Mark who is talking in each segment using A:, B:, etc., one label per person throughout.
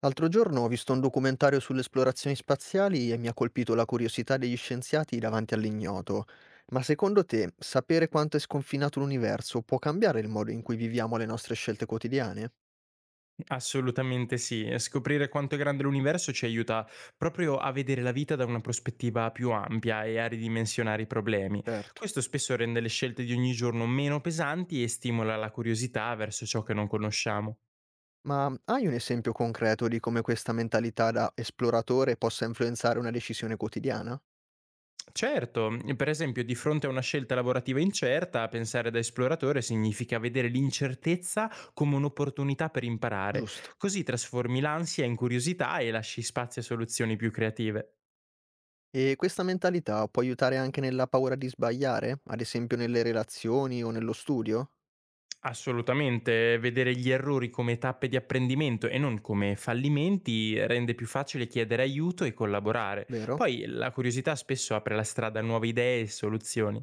A: L'altro giorno ho visto un documentario sulle esplorazioni spaziali e mi ha colpito la curiosità degli scienziati davanti all'ignoto. Ma secondo te, sapere quanto è sconfinato l'universo può cambiare il modo in cui viviamo le nostre scelte quotidiane?
B: Assolutamente sì, e scoprire quanto è grande l'universo ci aiuta proprio a vedere la vita da una prospettiva più ampia e a ridimensionare i problemi.
A: Certo.
B: Questo spesso rende le scelte di ogni giorno meno pesanti e stimola la curiosità verso ciò che non conosciamo.
A: Ma hai un esempio concreto di come questa mentalità da esploratore possa influenzare una decisione quotidiana?
B: Certo, per esempio, di fronte a una scelta lavorativa incerta, pensare da esploratore significa vedere l'incertezza come un'opportunità per imparare,
A: Giusto.
B: così trasformi l'ansia in curiosità e lasci spazio a soluzioni più creative.
A: E questa mentalità può aiutare anche nella paura di sbagliare, ad esempio nelle relazioni o nello studio?
B: Assolutamente, vedere gli errori come tappe di apprendimento e non come fallimenti rende più facile chiedere aiuto e collaborare.
A: Vero?
B: Poi la curiosità spesso apre la strada a nuove idee e soluzioni.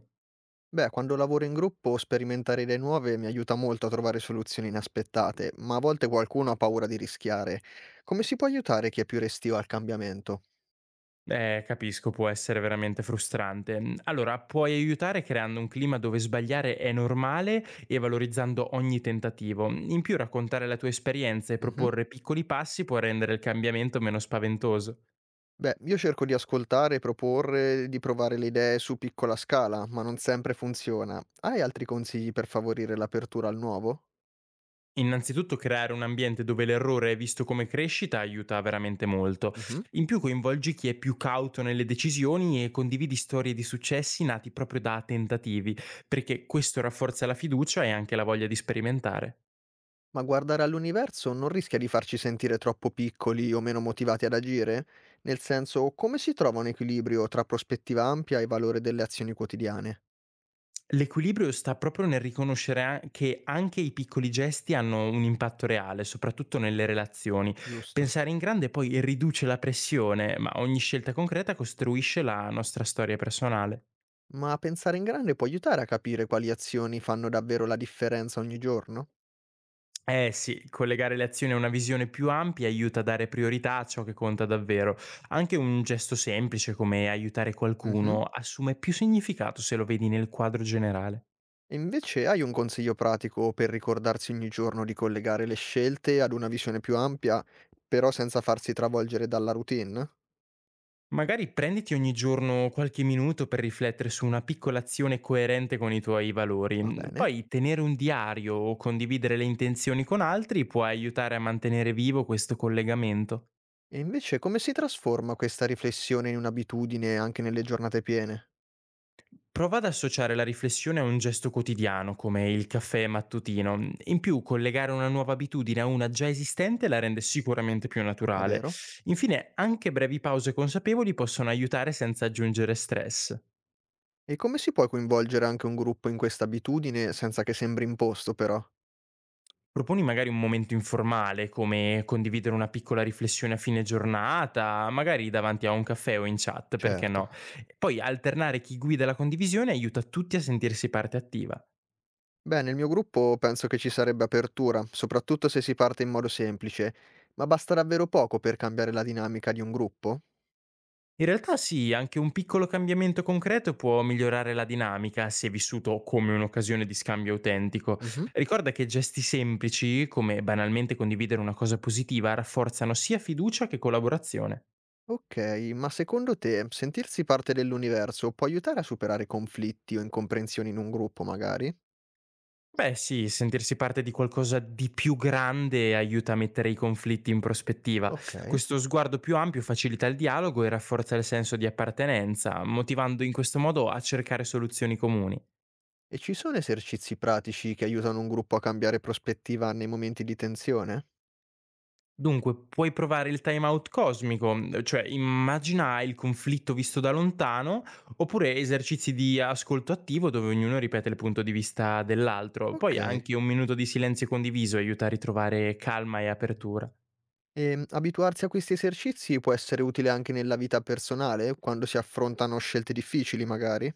A: Beh, quando lavoro in gruppo sperimentare idee nuove mi aiuta molto a trovare soluzioni inaspettate, ma a volte qualcuno ha paura di rischiare. Come si può aiutare chi è più restio al cambiamento?
B: Capisco, può essere veramente frustrante. Allora, puoi aiutare creando un clima dove sbagliare è normale e valorizzando ogni tentativo. In più, raccontare la tua esperienza e
A: Mhm.
B: proporre piccoli passi può rendere il cambiamento meno spaventoso.
A: Beh, io cerco di ascoltare, proporre, di provare le idee su piccola scala, ma non sempre funziona. Hai altri consigli per favorire l'apertura al nuovo?
B: Innanzitutto creare un ambiente dove l'errore è visto come crescita aiuta veramente molto.
A: Mhm.
B: In più coinvolgi chi è più cauto nelle decisioni e condividi storie di successi nati proprio da tentativi, perché questo rafforza la fiducia e anche la voglia di sperimentare.
A: Ma guardare all'universo non rischia di farci sentire troppo piccoli o meno motivati ad agire? Nel senso, come si trova un equilibrio tra prospettiva ampia e valore delle azioni quotidiane?
B: L'equilibrio sta proprio nel riconoscere che anche i piccoli gesti hanno un impatto reale, soprattutto nelle relazioni.
A: Giusto.
B: Pensare in grande poi riduce la pressione, ma ogni scelta concreta costruisce la nostra storia personale.
A: Ma pensare in grande può aiutare a capire quali azioni fanno davvero la differenza ogni giorno?
B: Eh sì, collegare le azioni a una visione più ampia aiuta a dare priorità a ciò che conta davvero. Anche un gesto semplice come aiutare
A: Mh-mh.
B: qualcuno assume più significato se lo vedi nel quadro generale.
A: E invece hai un consiglio pratico per ricordarsi ogni giorno di collegare le scelte ad una visione più ampia, però senza farsi travolgere dalla routine?
B: Magari prenditi ogni giorno qualche minuto per riflettere su una piccola azione coerente con i tuoi
A: Va
B: valori.
A: bene.
B: Poi tenere un diario o condividere le intenzioni con altri può aiutare a mantenere vivo questo collegamento.
A: E invece come si trasforma questa riflessione in un'abitudine anche nelle giornate piene?
B: Prova ad associare la riflessione a un gesto quotidiano, come il caffè mattutino. In più, collegare una nuova abitudine a una già esistente la rende sicuramente più
A: È
B: naturale.
A: vero?
B: Infine, anche brevi pause consapevoli possono aiutare senza aggiungere stress.
A: E come si può coinvolgere anche un gruppo in questa abitudine senza che sembri imposto però?
B: Proponi magari un momento informale, come condividere una piccola riflessione a fine giornata, magari davanti a un caffè o in chat, perché
A: Certo.
B: no? Poi alternare chi guida la condivisione aiuta tutti a sentirsi parte attiva.
A: Beh, nel mio gruppo penso che ci sarebbe apertura, soprattutto se si parte in modo semplice, ma basta davvero poco per cambiare la dinamica di un gruppo?
B: In realtà sì, anche un piccolo cambiamento concreto può migliorare la dinamica se vissuto come un'occasione di scambio autentico.
A: Mhm.
B: Ricorda che gesti semplici, come banalmente condividere una cosa positiva, rafforzano sia fiducia che collaborazione.
A: Ok, ma secondo te sentirsi parte dell'universo può aiutare a superare conflitti o incomprensioni in un gruppo, magari?
B: Beh sì, sentirsi parte di qualcosa di più grande aiuta a mettere i conflitti in prospettiva.
A: Ok.
B: Questo sguardo più ampio facilita il dialogo e rafforza il senso di appartenenza, motivando in questo modo a cercare soluzioni comuni.
A: E ci sono esercizi pratici che aiutano un gruppo a cambiare prospettiva nei momenti di tensione?
B: Dunque, puoi provare il timeout cosmico, cioè immagina il conflitto visto da lontano, oppure esercizi di ascolto attivo dove ognuno ripete il punto di vista dell'altro.
A: Ok.
B: Poi anche un minuto di silenzio condiviso aiuta a ritrovare calma e apertura.
A: E abituarsi a questi esercizi può essere utile anche nella vita personale, quando si affrontano scelte difficili, magari?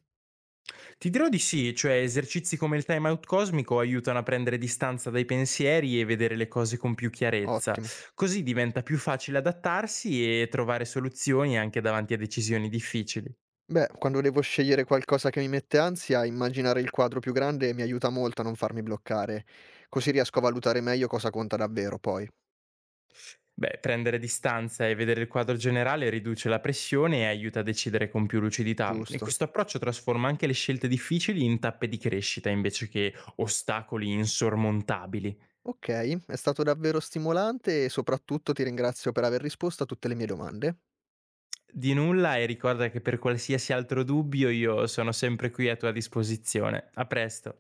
B: Ti dirò di sì, cioè esercizi come il timeout cosmico aiutano a prendere distanza dai pensieri e vedere le cose con più chiarezza.
A: Ottimo.
B: Così diventa più facile adattarsi e trovare soluzioni anche davanti a decisioni difficili.
A: Beh, quando devo scegliere qualcosa che mi mette ansia, immaginare il quadro più grande mi aiuta molto a non farmi bloccare, così riesco a valutare meglio cosa conta davvero poi,
B: Beh, prendere distanza e vedere il quadro generale riduce la pressione e aiuta a decidere con più lucidità. E
A: giusto?
B: questo approccio trasforma anche le scelte difficili in tappe di crescita invece che ostacoli insormontabili.
A: Ok, è stato davvero stimolante e soprattutto ti ringrazio per aver risposto a tutte le mie domande.
B: Di nulla e ricorda che per qualsiasi altro dubbio io sono sempre qui a tua disposizione. A presto.